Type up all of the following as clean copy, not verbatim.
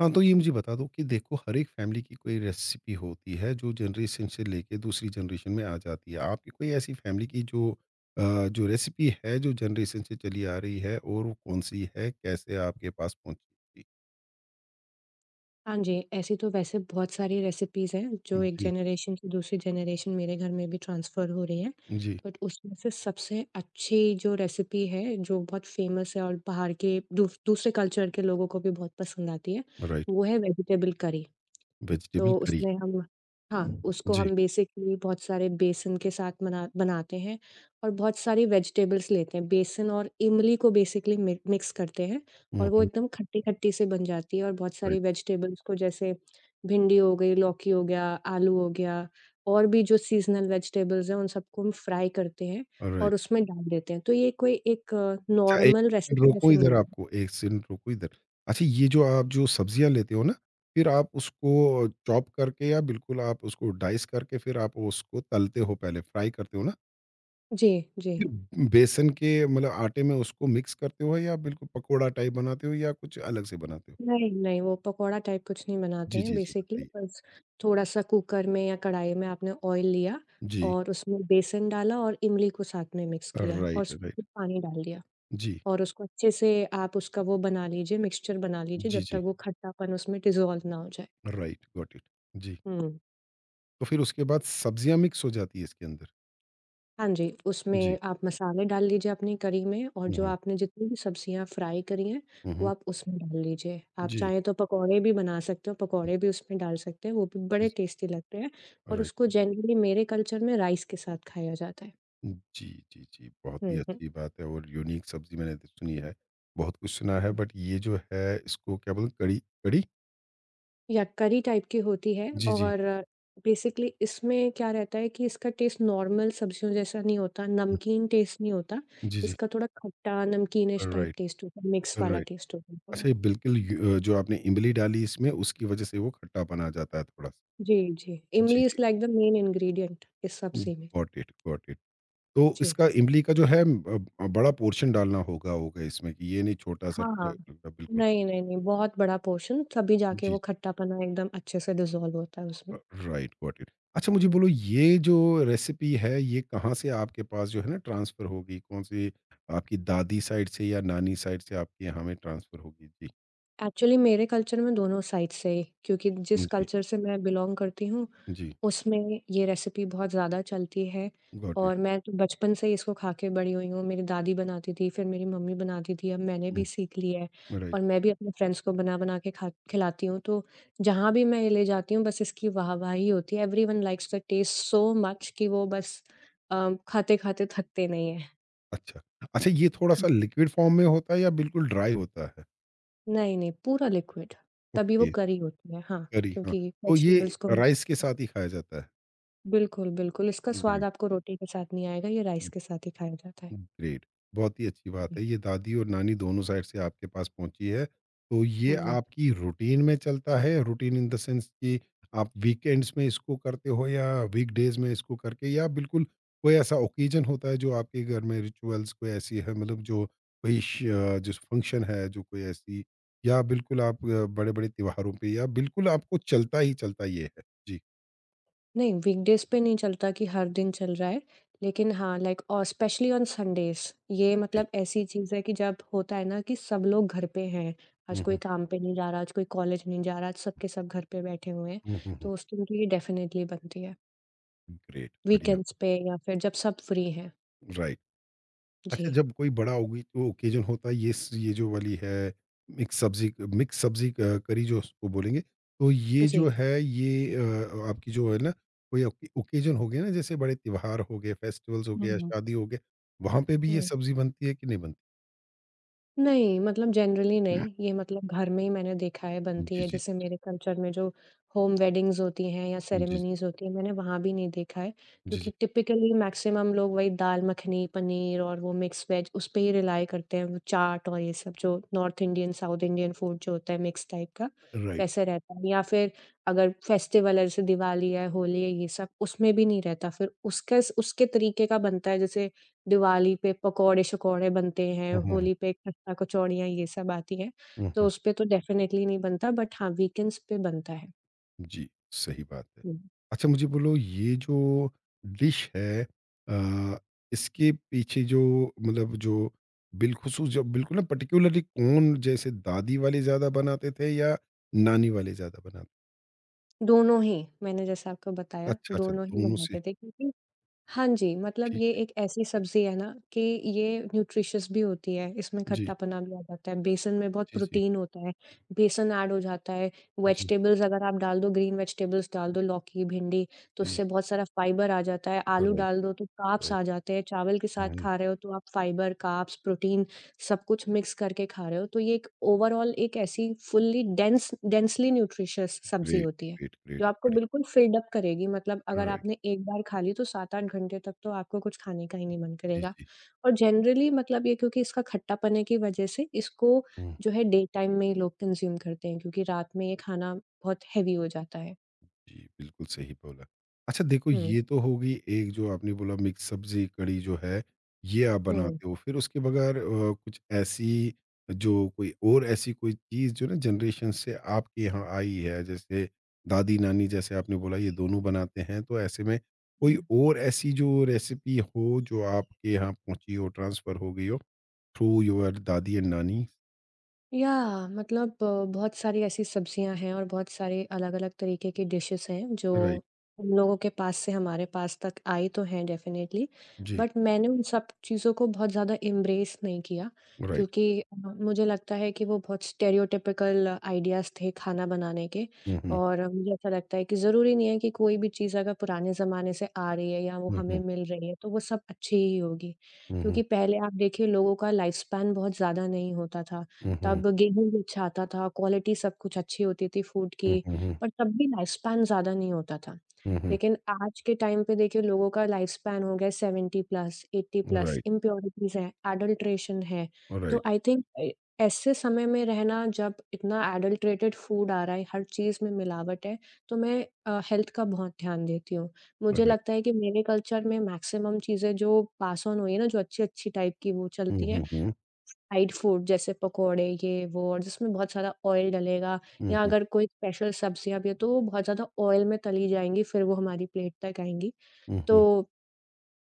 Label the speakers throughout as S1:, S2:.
S1: हाँ, तो ये मुझे बता दो कि देखो हर एक फैमिली की कोई रेसिपी होती है जो जनरेशन से लेके दूसरी जनरेशन में आ जाती है। आपकी कोई ऐसी फैमिली की जो जो रेसिपी है जो जनरेशन से चली आ रही है और वो कौन-सी है? कैसे आपके पास पहुँची?
S2: हाँ जी, ऐसी तो वैसे बहुत सारी रेसिपीज़ हैं, जो एक
S1: जी,
S2: जनरेशन से दूसरी जनरेशन मेरे घर में भी ट्रांसफ़र हो रही हैं।
S1: जी,
S2: बट उसमें से सबसे अच्छी जो रेसिपी है, जो बहुत फ़ेमस है और बाहर के दूसरे कल्चर के लोगों को भी बहुत पसंद आती है,
S1: राइट।
S2: वो है वेजिटेबल करी।
S1: वेजिटेबल
S2: तो
S1: करी।
S2: उसमें हम हाँ, उसको
S1: जी।
S2: हम बेसिकली बहुत सारे बेसन के साथ मना बनाते हैं और बहुत सारी वेजिटेबल्स लेते हैं। बेसन और इमली को बेसिकली मि मिक्स करते हैं और
S1: हुँ,
S2: वो
S1: हुँ,
S2: एकदम खट्टी-खट्टी सी बन जाती है, और बहुत सारी
S1: राइट,
S2: वेजिटेबल्स को जैसे भिंडी हो गई, लौकी हो गया, आलू हो गया और भी जो सीज़नल वेजिटेबल्स हैं उन सबको हम फ्राई करते हैं और
S1: राइट।
S2: उसमें डाल देते हैं। तो ये कोई एक
S1: अच्छा, 1
S2: नॉर्मल
S1: सेकंड
S2: रेसिपी
S1: रोको
S2: जैसी नहीं
S1: इधर
S2: होती।
S1: आपको, 1 सेकंड रोको इधर। अच्छा, ये जो आप जो सब्जियाँ लेते हो ना, फिर आप उसको चॉप करके या बिल्कुल आप उसको डाइस करके फिर आप उसको तलते हो पहले, फ्राई करते हो ना?
S2: जी, जी।
S1: फिर बेसन के मतलब आटे में उसको मिक्स करते हो या बिल्कुल पकोड़ा टाइप बनाते हो या कुछ अलग से बनाते हो?
S2: नहीं, नहीं, वो पकोड़ा टाइप कुछ नहीं बनाते
S1: जी,
S2: हैं,
S1: जी, जी,
S2: बेसिकली
S1: बताइए।
S2: बस थोड़ा-सा कुकर में या कढ़ाई में आपने ऑयल लिया
S1: जी।
S2: और उसमें बेसन डाला और इमली को साथ में मिक्स किया और
S1: राइट,
S2: उसमें
S1: राइट।
S2: फिर पानी डाल दिया,
S1: जी।
S2: और उसको अच्छे से आप उसका वो बना लीजिए, मिक्सचर बना लीजिए
S1: जी,
S2: जब तक
S1: जी।
S2: वो खट्टापन उसमें डिज़ॉल्व ना हो जाए।
S1: Right, got it. जी।
S2: हुँ।
S1: तो फिर उसके बाद सब्जियाँ मिक्स हो जाती है इसके अंदर?
S2: हाँ जी,
S1: जी।
S2: उसमें आप मसाले डाल लीजिए अपनी करी में, और
S1: हुँ,
S2: जो
S1: हुँ।
S2: आपने जितनी भी सब्जियाँ फ्राई करी हैं,
S1: हुँ,
S2: वो
S1: हुँ।
S2: आप उसमें डाल लीजिए। आप
S1: जी।
S2: चाहें तो पकौड़े भी बना सकते हो, पकौड़े भी उसमें डाल सकते हैं, वो भी बड़े
S1: जी,
S2: टेस्टी लगते हैं। और
S1: राइट।
S2: उसको जनरली मेरे कल्चर में राइस के साथ खाया जाता है।
S1: जी, जी, जी। बहुत ही
S2: हुँ, हुँ।
S1: अच्छी बात है और यूनिक सब्ज़ी मैंने तो सुनी है। बहुत कुछ सुना है बट ये जो है इसको क्या बोलते हैं, कड़ी कड़ी?
S2: या करी टाइप की होती है।
S1: जी, जी।
S2: और बेसिकली इसमें क्या रहता है कि इसका टेस्ट नॉर्मल सब्जियों जैसा नहीं होता,
S1: हुँ,
S2: नमकीन टेस्ट नहीं होता,
S1: जी, जी।
S2: इसका थोड़ा खट्टा, नमकीनिश टाइप
S1: ऑलराइट,
S2: टेस्ट होता है, मिक्स वाला
S1: ऑलराइट।
S2: टेस्ट होता है थोड़ा।
S1: अच्छा, ये बिल्कुल य जो आपने इमली डाली इसमें उसकी वज़ह से वो खट्टापन आ जाता है थोड़ा-सा।
S2: जी, जी।
S1: जी,
S2: इमली इज़
S1: जी।
S2: लाइक द मेन इंग्रीडिएंट इस सब्ज़ी में।
S1: Got it, got it. तो
S2: जी।
S1: इसका इमली का जो है, बड़ा पोर्शन डालना होगा होगा इसमें कि ये नहीं छोटा-सा
S2: हाँ।
S1: बिल्कुल।
S2: नहीं, नहीं, नहीं, बहुत बड़ा पोर्शन, तभी जाके वो
S1: जी।
S2: खट्टापना एकदम अच्छे से डिसॉल्व होता है उसमें।
S1: Right, got it. अच्छा, मुझे
S2: हुँ।
S1: बोलो ये जो रेसिपी है ये कहाँ से आपके पास जो है ना ट्रांसफर होगी? कौन सी आपकी दादी साइड से या नानी साइड से आपके यहाँ में ट्रांसफर होगी? जी,
S2: एक्चुअली मेरे कल्चर में दोनों साइड से ही, क्योंकि जिस
S1: जी,
S2: कल्चर से मैं बिलॉन्ग करती हूँ,
S1: जी।
S2: उसमें ये रेसिपी बहुत ज़्यादा चलती है।
S1: Got it.
S2: और मैं तो बचपन से ही इसको खा के बड़ी हुई हूँ। मेरी दादी बनाती थी, फिर मेरी मम्मी बनाती थी, अब मैंने भी सीख लिया है, और
S1: राइट।
S2: मैं भी अपने फ्रेंड्स को बना-बना के खा खिलाती हूँ। तो जहाँ भी मैं ये ले जाती हूँ, बस इसकी वाहवाही होती है। Everyone likes the taste so much कि वो बस खाते-खाते थकते नहीं हैं।
S1: अच्छा, अच्छा, ये थोड़ा सा लिक्विड फॉर्म में होता है या बिल्कुल ड्राई होता है?
S2: नहीं, नहीं, पूरा लिक्विड, तभी वो
S1: ओके,
S2: करी होती है। हाँ,
S1: करी, हाँ।
S2: क्योंकि
S1: तो ये
S2: वेजिटेबल्स को मिक्स
S1: राइस के
S2: करके,
S1: साथ ही खाया जाता है?
S2: बिल्कुल, बिल्कुल, इसका स्वाद
S1: ग्रेट,
S2: आपको रोटी के साथ नहीं आएगा, ये राइस के साथ ही खाया जाता है।
S1: ग्रेट, बहुत ही अच्छी बात
S2: जी।
S1: है। ये दादी और नानी दोनों साइड से आपके पास पहुँची है। तो ये
S2: हुँ।
S1: आपकी रूटीन में चलता है, रूटीन इन द सेंस कि आप वीकेंड्स में इसको करते हो या वीकडेज़ में इसको करके या बिल्कुल कोई ऐसा ओकेज़न होता है जो आपके घर में रिचुअल्स कोई ऐसी है, मतलब जो कोई जो फंक्शन है, जो कोई ऐसी या बिल्कुल आप बड़े-बड़े त्योहारों पे या बिल्कुल आपको चलता ही चलता ये है? जी।
S2: नहीं, वीकडेज़ पे नहीं चलता कि हर दिन चल रहा है, लेकिन हाँ, लाइक और स्पेशली ऑन संडेज़, ये मतलब ऐसी चीज़ है कि जब होता है ना कि सब लोग घर पे हैं, आज
S1: हुँ,
S2: कोई
S1: हुँ।
S2: काम पे नहीं जा रहा, आज कोई कॉलेज नहीं जा रहा, आज सब के सब घर पे बैठे हुए हैं,
S1: हुँ, हुँ, हुँ।
S2: तो उस दिन तो ये डेफ़िनेटली बनती है,
S1: ग्रेट, बढ़िया।
S2: वीकेंड्स पे या फिर जब सब फ्री हैं।
S1: राइट। अच्छा,
S2: जी,
S1: जब कोई बड़ा ओगी ओकेजन होता है, ये जो वाली है, मिक्स सब्ज़ी क करी जो उसको बोलेंगे, तो ये
S2: जी।
S1: जो है ये आपकी जो है ना कोई ओकेजन हो गया ना, जैसे बड़े त्योहार हो गए, फेस्टिवल्स हो
S2: हुँ,
S1: गए या
S2: हुँ।
S1: शादी हो गए, वहाँ पे भी ये
S2: हुँ।
S1: सब्ज़ी बनती है कि नहीं बनती?
S2: नहीं, मतलब जनरली नहीं, ये मतलब घर में ही मैंने देखा है बनती
S1: जी,
S2: है।
S1: जी,
S2: जैसे
S1: जी।
S2: मेरे कल्चर में जो होम वेडिंग्स होती हैं या
S1: जी,
S2: सेरेमनीज़ होती हैं, मैंने वहाँ भी नहीं देखा है,
S1: जी, जी,
S2: क्योंकि
S1: जी।
S2: टिपिकली मैक्सिमम लोग वही दाल मखनी, पनीर और वो मिक्स वेज उस पे ही रिलाय करते हैं, वो चाट और ये सब जो north Indian, south Indian food जो होता है मिक्स टाइप का,
S1: राइट।
S2: वैसे रहता है। या फिर अगर फेस्टिवल है, जैसे दिवाली है, होली है, ये सब उसमें भी नहीं रहता, फिर उसके तरीके का बनता है। जैसे दिवाली पे पकौड़े-शकौड़े बनते हैं,
S1: हुँ, हुँ, हुँ।
S2: होली पे खस्ता-कचौड़ियाँ ये सब आती हैं,
S1: हुँ,
S2: तो
S1: हुँ।
S2: उसपे तो डेफ़िनेटली नहीं बनता, बट हाँ, वीकेंड्स पे बनता है।
S1: जी, सही बात है।
S2: हुँ,
S1: अच्छा, मुझे बोलो ये जो डिश है, अ, इसके पीछे जो मतलब जो बिलख़ुसूस जो बिल्कुल ना पार्टिकुलरली कौन, जैसे दादी वाले ज़्यादा बनाते थे या नानी वाले ज़्यादा बनाते?
S2: दोनों ही। मैंने जैसा आपको बताया,
S1: अच्छा, अच्छा,
S2: दोनों ही
S1: दोनों से
S2: बनाते थे, क्योंकि हाँ जी, मतलब ये
S1: ठीक।
S2: एक ऐसी सब्ज़ी है ना कि ये न्यूट्रिशियस भी होती है, इसमें
S1: जी,
S2: खट्टापना भी आ जाता है, बेसन में बहुत
S1: जी, जी,
S2: प्रोटीन होता है, बेसन ऐड हो जाता है,
S1: जी,
S2: वेजिटेबल्स अगर आप डाल दो, ग्रीन वेजिटेबल्स डाल दो, लौकी, भिंडी, तो
S1: जी।
S2: उससे बहुत सारा फाइबर आ जाता है, आलू
S1: ऑलराइट
S2: डाल दो तो कार्ब्स
S1: और
S2: आ जाते हैं, चावल के साथ
S1: हुँ,
S2: खा रहे हो तो आप फाइबर, कार्ब्स, प्रोटीन सब कुछ मिक्स करके खा रहे हो, तो ये एक ओवरऑल एक ऐसी फुल्ली डेंसली न्यूट्रिशियस सब्ज़ी
S1: ग्रेट,
S2: होती है।
S1: ग्रेट,
S2: जो
S1: ग्रेट
S2: आपको
S1: बड़ी
S2: बिल्कुल फ़िल्ड अप करेगी, मतलब अगर
S1: राइट।
S2: आपने एक बार खा ली तो 7-8 घंटे तक तो आपको कुछ खाने का ही नहीं मन
S1: जी,
S2: करेगा।
S1: जी।
S2: और जनरली मतलब ये क्योंकि इसका खट्टापने की वजह से इसको
S1: हुँ।
S2: जो है डे टाइम में ही लोग कंज़्यूम करते हैं, क्योंकि रात में ये खाना बहुत हेवी हो जाता है।
S1: जी, बिल्कुल सही बोला। अच्छा, देखो
S2: हुँ,
S1: ये तो हो गई एक, जो आपने बोला मिक्स सब्ज़ी कड़ी जो है, ये आप बनाते हो। फिर उसके बगैर कुछ ऐसी, जो कोई और ऐसी कोई चीज़ जो ना जनरेशन से आपके यहाँ आई है, जैसे दादी-नानी जैसे आपने बोला ये दोनों बनाते हैं, तो ऐसे में कोई
S2: हुँ।
S1: और ऐसी जो रेसिपी हो जो आपके यहाँ पहुँची हो, ट्रांसफ़र हो गई हो थ्रू योर दादी एंड नानी?
S2: या मतलब बहुत सारी ऐसी सब्जियां हैं और बहुत सारे अलग-अलग तरीके की डिशेस हैं जो
S1: राइट,
S2: उन लोगों के पास से हमारे पास तक आई तो हैं डेफिनेटली,
S1: जी,
S2: बट मैंने उन सब चीज़ों को बहुत ज़्यादा एम्ब्रेस नहीं किया,
S1: राइट।
S2: क्योंकि मुझे लगता है कि वो बहुत स्टेरियोटिपिकल आइडियाज़ थे खाना बनाने के।
S1: हुँ, हुँ।
S2: और मुझे ऐसा लगता है कि ज़रूरी नहीं है कि कोई भी चीज़ अगर पुराने ज़माने से आ रही है या वो
S1: हुँ,
S2: हमें
S1: हुँ।
S2: मिल रही है तो वो सब अच्छी ही होगी,
S1: हुँ,
S2: क्योंकि
S1: हुँ।
S2: पहले आप देखिए लोगों का लाइफ स्पैन बहुत ज़्यादा नहीं होता था।
S1: हुँ, हुँ।
S2: तब गेहूँ भी अच्छा आता था, क्वालिटी सब कुछ अच्छी होती थी फूड
S1: हुँ,
S2: की,
S1: हुँ, हुँ।
S2: पर तब भी लाइफ स्पैन ज़्यादा नहीं होता था।
S1: हुँ, हुँ।
S2: लेकिन आज के टाइम पे देखिए लोगों का लाइफ स्पैन हो गया 70 प्लस, 80 प्लस,
S1: राइट,
S2: इम्प्योरिटीज़ हैं, एडल्ट्रेशन है। तो
S1: राइट,
S2: आई थिंक ए ऐसे समय में रहना जब इतना एडल्ट्रेटेड फूड आ रहा है, हर चीज़ में मिलावट है, तो मैं हेल्थ का बहुत ध्यान देती हूँ। मुझे
S1: राइट।
S2: लगता है कि मेरे कल्चर में मैक्सिमम चीज़ें जो पास ऑन हुई है ना, जो अच्छी-अच्छी टाइप की वो
S1: हुँ,
S2: चलती हैं,
S1: हुँ, हुँ।
S2: फ्राइड फूड जैसे पकोड़े ये वो और जिसमें बहुत सारा ऑयल डलेगा,
S1: हुँ,
S2: या
S1: हुँ,
S2: अगर कोई स्पेशल सब्जियाँ भी हैं, तो वो बहुत ज़्यादा ऑयल में तली जाएँगी, फिर वो हमारी प्लेट तक आएँगी।
S1: हुँ, हुँ,
S2: तो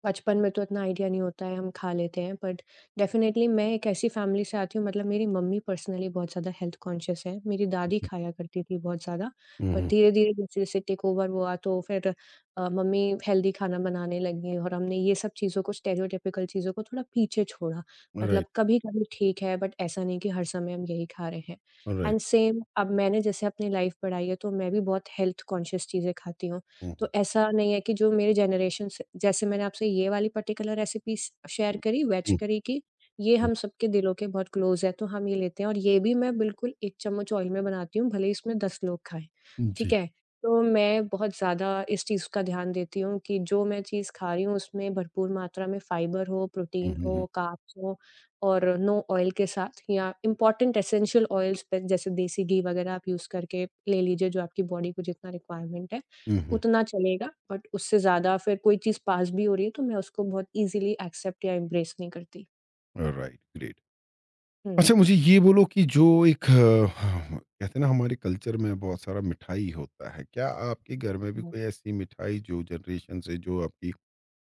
S2: बचपन में तो इतना आइडिया नहीं होता है, हम खा लेते हैं, बट डेफ़िनेटली मैं एक ऐसी फ़ैमिली से आती हूँ, मतलब मेरी मम्मी पर्सनली बहुत ज़्यादा हेल्थ कॉन्शियस है। मेरी दादी खाया करती थी बहुत ज़्यादा,
S1: हुँ,
S2: बट
S1: हुँ।
S2: धीरे-धीरे जैसे-जैसे टेक ओवर हुआ तो फिर मम्मी हेल्दी खाना बनाने लगी और हमने ये सब चीज़ों को, स्टेरियोटाइपिकल चीज़ों को थोड़ा पीछे छोड़ा। मतलब
S1: राइट,
S2: कभी-कभी ठीक है, बट ऐसा नहीं कि हर समय हम यही खा रहे हैं। And
S1: right.
S2: सेम अब मैंने जैसे अपनी लाइफ़ बढ़ाई है, तो मैं भी बहुत हेल्थ कॉन्शियस चीज़ें खाती हूँ।
S1: हुँ,
S2: तो
S1: हुँ,
S2: ऐसा नहीं है कि जो मेरे जनरेशन से जैसे मैंने आपसे ये वाली पर्टिकुलर रेसिपी शेयर
S1: हुँ।
S2: करी वेज
S1: हुँ,
S2: करी की, ये
S1: हुँ।
S2: हम सबके दिलों के बहुत क्लोज़ है, तो हम ये लेते हैं, और ये भी मैं बिल्कुल 1 चम्मच ऑयल में बनाती हूँ, भले ही इसमें 10 लोग खाएँ, ठीक
S1: जी।
S2: है? तो मैं बहुत ज़्यादा इस चीज़ का ध्यान देती हूँ कि जो मैं चीज़ खा रही हूँ, उसमें भरपूर मात्रा में फाइबर हो,
S1: हुँ,
S2: प्रोटीन
S1: हुँ,
S2: हो,
S1: हुँ।
S2: कार्ब्स हो, और नो ऑयल के साथ या इम्पोर्टेंट एसेंशियल ऑयल्स पे जैसे देसी घी वगैरह आप यूज़ करके ले लीजिए, जो आपकी बॉडी को जितना रिक्वायरमेंट है,
S1: हुँ, हुँ।
S2: उतना चलेगा। बट उससे ज़्यादा फिर कोई चीज़ पास भी हो रही है तो मैं उसको बहुत ईज़िली एक्सेप्ट या एम्ब्रेस नहीं करती।
S1: Right, great.
S2: हुँ,
S1: अच्छा, मुझे ये बोलो कि जो एक हाँ, कहते हैं ना हमारे कल्चर में बहुत सारा मिठाई होता है। क्या आपके घर में भी
S2: हुँ,
S1: कोई ऐसी मिठाई जो जनरेशन से जो आपकी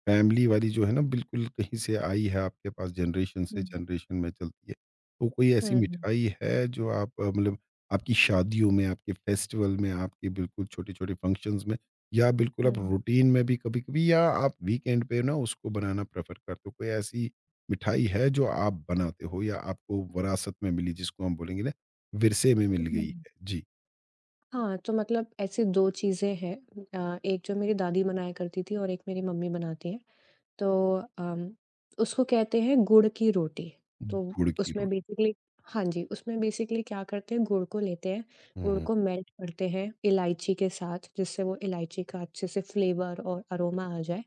S1: फैमिली वाली जो है ना बिल्कुल कहीं से आई है आपके पास जनरेशन से
S2: हुँ,
S1: जनरेशन में चलती है? तो कोई ऐसी
S2: हुँ,
S1: मिठाई है जो आप मतलब आपकी शादियों में, आपके फेस्टिवल में, आपके बिल्कुल छोटे-छोटे फंक्शंस में या बिल्कुल आप
S2: हुँ,
S1: रूटीन में भी कभी-कभी या आप वीकेंड पे ना उसको बनाना प्रेफ़र करते हो? कोई ऐसी मिठाई है जो आप बनाते हो या आपको विरासत में मिली, जिसको हम बोलेंगे ना विरसे में मिल
S2: हुँ।
S1: गई है? जी,
S2: हाँ, तो मतलब ऐसी 2 चीज़ें हैं, एक जो मेरी दादी बनाया करती थी और एक मेरी मम्मी बनाती हैं। तो उसको कहते हैं गुड़ की रोटी। तो
S1: गुड़ की
S2: उसमें
S1: रोटी।
S2: बेसिकली हाँ जी, उसमें बेसिकली क्या करते हैं, गुड़ को लेते हैं,
S1: हुँ,
S2: गुड़
S1: हुँ।
S2: को मेल्ट करते हैं इलायची के साथ, जिससे वो इलायची का अच्छे से फ्लेवर और अरोमा आ जाए।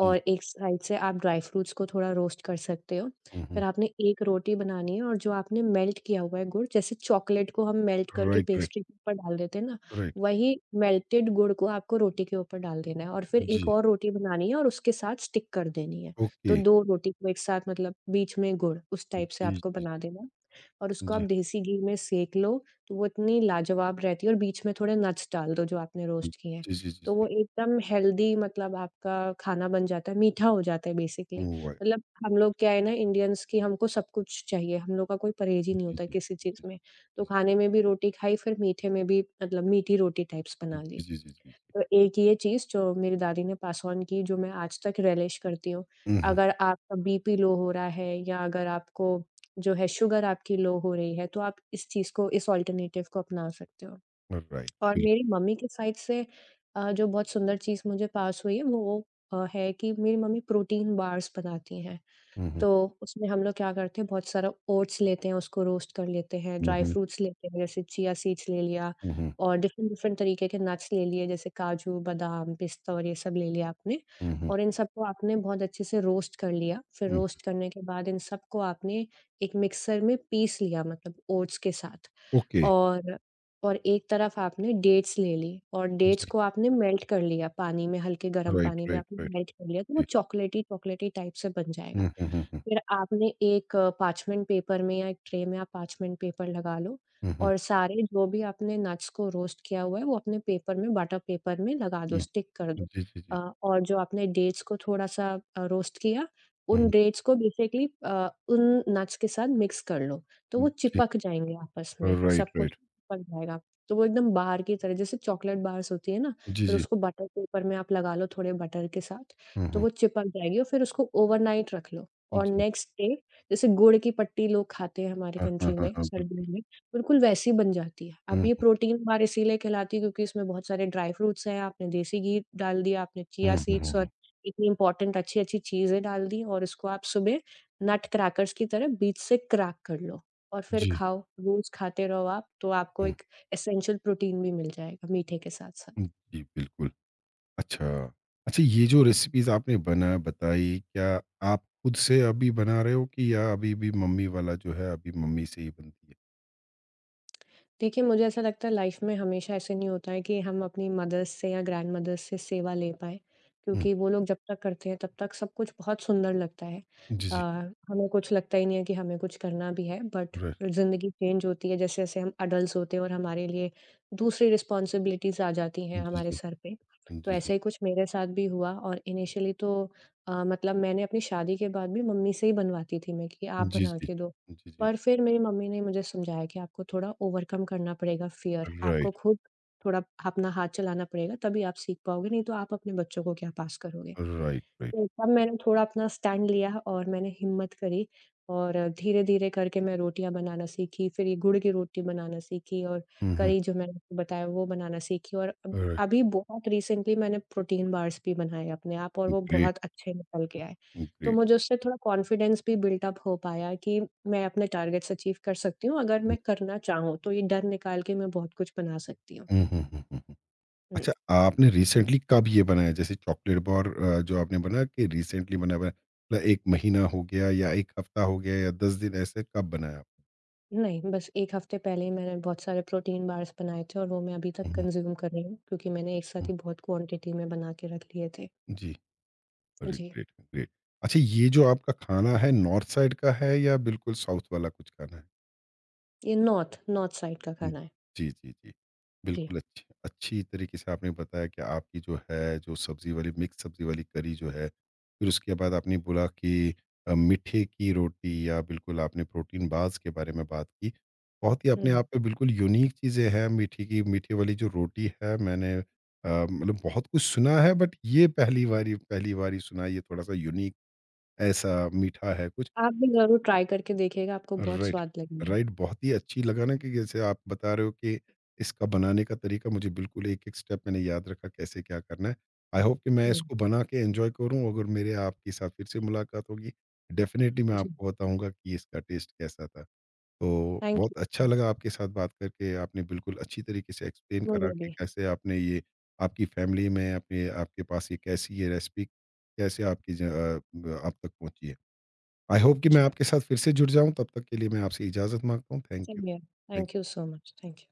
S2: और एक साइड से आप ड्राई फ्रूट्स को थोड़ा रोस्ट कर सकते हो।
S1: हुँ,
S2: फिर
S1: हुँ।
S2: आपने एक रोटी बनानी है, और जो आपने मेल्ट किया हुआ है गुड़, जैसे चॉकलेट को हम मेल्ट करके
S1: राइट, राइट,
S2: पेस्ट्री के ऊपर डाल देते हैं ना,
S1: राइट।
S2: वही मेल्टेड गुड़ को आपको रोटी के ऊपर डाल देना है, और फिर एक
S1: जी,
S2: और रोटी बनानी है और उसके साथ स्टिक कर देनी है।
S1: ओके।
S2: तो 2 रोटी को एक साथ, मतलब बीच में गुड़, उस टाइप से
S1: जी,
S2: आपको
S1: जी,
S2: बना देना है। और उसको आप
S1: जी,
S2: देसी घी में सेंक लो, तो वो इतनी लाजवाब रहती है, और बीच में थोड़े नट्स डाल दो जो आपने
S1: हुँ।
S2: रोस्ट किए हैं।
S1: जी, जी, जी,
S2: तो वो
S1: जी।
S2: एकदम हेल्दी मतलब आपका खाना बन जाता है, मीठा हो जाता है बेसिकली।
S1: राइट।
S2: मतलब हम लोग क्या है ना इंडियंस, कि हमको सब कुछ चाहिए, हम लोग का कोई परहेज ही नहीं
S1: जी,
S2: होता
S1: जी,
S2: किसी
S1: जी,
S2: चीज़
S1: जी,
S2: में। तो खाने में भी रोटी खाई, फिर मीठे में भी मतलब मीठी रोटी टाइप्स बना ली।
S1: जी, जी, जी, जी।
S2: एक ये चीज़ जो मेरी दादी ने पास ऑन की, जो मैं आज तक रियलाइज़ करती हूँ।
S1: हुँ, हुँ।
S2: अगर आपका बीपी लो हो रहा है या अगर आपको जो है शुगर आपकी लो हो रही है, तो आप इस चीज़ को इस अल्टरनेटिव को अपना सकते हो।
S1: राइट,
S2: और
S1: बिल्कुल।
S2: मेरी मम्मी के साइड से जो बहुत सुंदर चीज़ मुझे पास हुई है, वो है कि मेरी मम्मी प्रोटीन बार्स बनाती हैं।
S1: हुँ,
S2: तो उसमें हम लोग क्या करते हैं, बहुत सारा ओट्स लेते हैं, उसको रोस्ट कर लेते हैं,
S1: हुँ,
S2: ड्राई
S1: हुँ,
S2: फ्रूट्स लेते हैं जैसे चिया सीड्स ले लिया
S1: हुँ, हुँ, हुँ,
S2: और डिफ़रेंट डिफ़रेंट तरीके के नट्स ले लिए जैसे काजू, बादाम, पिस्ता और ये सब ले लिया आपने
S1: हुँ, हुँ,
S2: और इन सबको आपने बहुत अच्छे से रोस्ट कर लिया। फिर
S1: हुँ।
S2: रोस्ट करने के बाद इन सबको आपने एक मिक्सर में पीस लिया मतलब ओट्स के साथ।
S1: ओके।
S2: और और एक तरफ आपने डेट्स ले ली और डेट्स
S1: जी,
S2: को आपने मेल्ट कर लिया पानी में, हल्के गरम
S1: राइट,
S2: पानी में
S1: राइट,
S2: आपने
S1: राइट।
S2: मेल्ट कर लिया, तो वो
S1: जी।
S2: चॉकलेटी-चॉकलेटी टाइप से बन जाएगा।
S1: हुँ, हुँ, हुँ, हुँ,
S2: फिर आपने एक पार्चमेंट पेपर में या एक ट्रे में आप पार्चमेंट पेपर लगा लो
S1: हुँ, हुँ, हुँ।
S2: और सारे जो भी आपने नट्स को रोस्ट किया हुआ है, वो अपने पेपर में, बटर पेपर में लगा दो, स्टिक कर दो।
S1: जी, जी, जी।
S2: अ, और जो आपने डेट्स को थोड़ा-सा रोस्ट किया,
S1: हुँ,
S2: उन
S1: हुँ।
S2: डेट्स को बेसिकली उन नट्स के साथ मिक्स कर लो, तो वो
S1: जी,
S2: चिपक जाएँगे आपस में,
S1: राइट,
S2: सब कुछ
S1: राइट।
S2: चिपक जाएगा। तो वो एकदम बार की तरह, जैसे चॉकलेट बार्स होती है ना,
S1: जी,
S2: फिर
S1: जी।
S2: उसको बटर पेपर में आप लगा लो थोड़े बटर के साथ,
S1: हुँ,
S2: तो
S1: हुँ।
S2: वो चिपक जाएगी और फिर उसको ओवरनाइट रख लो। और
S1: जी।
S2: नेक्स्ट डे, जैसे गुड़ की पट्टी लोग खाते हैं हमारे
S1: हाँ, हाँ,
S2: कंट्री
S1: हाँ,
S2: में
S1: हाँ,
S2: सर्दियों
S1: बिल्कुल।
S2: में, बिल्कुल वैसी बन जाती है। अब
S1: हुँ,
S2: ये प्रोटीन बार इसीलिए कहलाती है क्योंकि इसमें बहुत सारे ड्राई फ्रूट्स हैं, आपने देसी घी डाल दिया, आपने चिया
S1: हुँ, हुँ,
S2: सीड्स
S1: हुँ,
S2: और
S1: हुँ।
S2: इतनी इम्पोर्टेंट अच्छी-अच्छी चीज़ें डाल दी और इसको आप सुबह नट क्रैकर्स की तरह बीच से क्रैक कर लो और फिर
S1: जी,
S2: खाओ, रोज़ खाते रहो आप, तो आपको
S1: हुँ,
S2: एक एसेंशियल प्रोटीन भी मिल जाएगा मीठे के
S1: हुँ।
S2: साथ-साथ।
S1: जी, बिल्कुल। अच्छा। अच्छा, ये जो रेसिपीज़ आपने बना बताई, क्या आप खुद से अभी बना रहे हो कि या अभी भी मम्मी वाला जो है अभी मम्मी से ही बनती है?
S2: देखिए, मुझे ऐसा लगता है, लाइफ़ में हमेशा ऐसे नहीं होता है कि हम अपनी मदर्स से या ग्रैंडमदर्स से सेवा ले पाएँ,
S1: हुँ।
S2: क्योंकि वो लोग जब तक करते हैं, तब तक सब कुछ बहुत सुंदर लगता है।
S1: जी,
S2: अ,
S1: जी।
S2: हमें कुछ लगता ही नहीं है कि हमें कुछ करना भी है, बट
S1: राइट।
S2: ज़िंदगी चेंज होती है जैसे-जैसे हम एडल्ट्स होते हैं और हमारे लिए दूसरी रिस्पॉन्सिबिलिटीज़ आ जाती हैं
S1: जी,
S2: हमारे
S1: जी।
S2: सर पे। तो
S1: जी, जी।
S2: ऐसा ही कुछ मेरे साथ भी हुआ और इनिशियली तो मतलब मैंने अपनी शादी के बाद भी मम्मी से ही बनवाती थी मैं कि आप
S1: जी,
S2: बना
S1: जी।
S2: के दो।
S1: जी, जी।
S2: पर फिर मेरी मम्मी ने मुझे समझाया कि आपको थोड़ा ओवरकम करना पड़ेगा फ़ियर, आपको
S1: राइट,
S2: खुद थोड़ा अपना हाथ चलाना पड़ेगा, तभी आप सीख पाओगे, नहीं तो आप अपने बच्चों को क्या पास करोगे।
S1: Right, right.
S2: तो तब मैंने थोड़ा अपना स्टैंड लिया और मैंने हिम्मत करी और धीरे-धीरे करके मैं रोटियाँ बनाना सीखी, फिर ये गुड़ की रोटी बनाना सीखी और
S1: हुँ, हुँ।
S2: करी जो मैंने आपको बताया वो बनाना सीखी और अब
S1: राइट।
S2: अभी बहुत रिसेंटली मैंने प्रोटीन बार्स भी बनाए अपने आप, और वो
S1: ग्रेट,
S2: बहुत अच्छे निकल के आए। तो
S1: ग्रेट।
S2: मुझे उससे थोड़ा कॉन्फिडेंस भी बिल्ट अप हो पाया कि मैं अपने टारगेट्स अचीव कर सकती हूँ, अगर
S1: हुँ।
S2: मैं करना चाहूँ, तो ये डर निकाल के मैं बहुत कुछ बना सकती हूँ।
S1: हुँ, हुँ, हुँ, हुँ, हुँ।
S2: हुँ।
S1: अच्छा, आपने रिसेंटली कब ये बनाया? जैसे चॉकलेट बार, जो आपने बनाया कि रिसेंटली बना हुआ है? मतलब 1 महीना हो गया या 1 हफ्ता हो गया या 10 दिन, ऐसे कब बनाया?
S2: नहीं, बस 1 हफ्ते पहले ही मैंने बहुत सारे प्रोटीन बार्स बनाए थे और वो मैं अभी तक
S1: हुँ, हुँ,
S2: कंज़्यूम कर रही हूँ, क्योंकि मैंने एक साथ
S1: हुँ।
S2: ही बहुत क्वांटिटी में बना के रख लिए थे।
S1: जी। अरे
S2: जी,
S1: ग्रेट, ग्रेट। अच्छा, ये जो आपका खाना है नॉर्थ साइड का है या बिल्कुल साउथ वाला कुछ खाना है?
S2: ये नॉर्थ नॉर्थ साइड का
S1: हुँ,
S2: खाना है।
S1: जी, जी, जी।
S2: जी,
S1: बिल्कुल अच्छी अच्छी तरीके से आपने बताया कि आपकी जो है, जो सब्ज़ी वाली मिक्स सब्ज़ी वाली करी जो है, फिर उसके बाद आपने बोला कि मीठे की रोटी या बिल्कुल आपने प्रोटीन बार्स के बारे में बात की। बहुत ही अपने
S2: हुँ।
S1: आप में बिल्कुल यूनिक चीज़ें हैं, मीठे की मीठे वाली जो रोटी है, मैंने मतलब बहुत कुछ सुना है बट ये पहली बारी सुना है, ये थोड़ा-सा यूनिक ऐसा मीठा है कुछ।
S2: आप भी ज़रूर ट्राई करके देखिएगा, आपको बहुत
S1: राइट,
S2: स्वाद लगेगा।
S1: राइट, बहुत ही अच्छी लगा ना कि जैसे आप बता रहे हो कि इसका बनाने का तरीका मुझे बिल्कुल एक-एक स्टेप मैंने याद रखा कैसे क्या करना है। आई होप कि मैं
S2: हुँ,
S1: इसको बना के एन्जॉय करूँ, अगर मेरे आपके साथ फिर से मुलाकात होगी, डेफ़िनिटली मैं
S2: जी,
S1: आपको बताऊँगा कि इसका टेस्ट कैसा था। तो
S2: थैंक यू।
S1: बहुत अच्छा लगा आपके साथ बात करके, आपने बिल्कुल अच्छी तरीके से एक्सप्लेन करा
S2: मुझे
S1: कि
S2: भी।
S1: कैसे आपने ये आपकी फ़ैमिली में अपने आपके पास ये कैसी ये रेसिपी कैसे आपकी आप तक पहुँची है। आई होप कि मैं
S2: जी,
S1: आपके साथ फिर से जुड़ जाऊँ, तब तक के लिए मैं आपसे इजाज़त माँगता हूँ। Thank
S2: same
S1: you,
S2: here.
S1: Thank
S2: thank you so much. Thank you.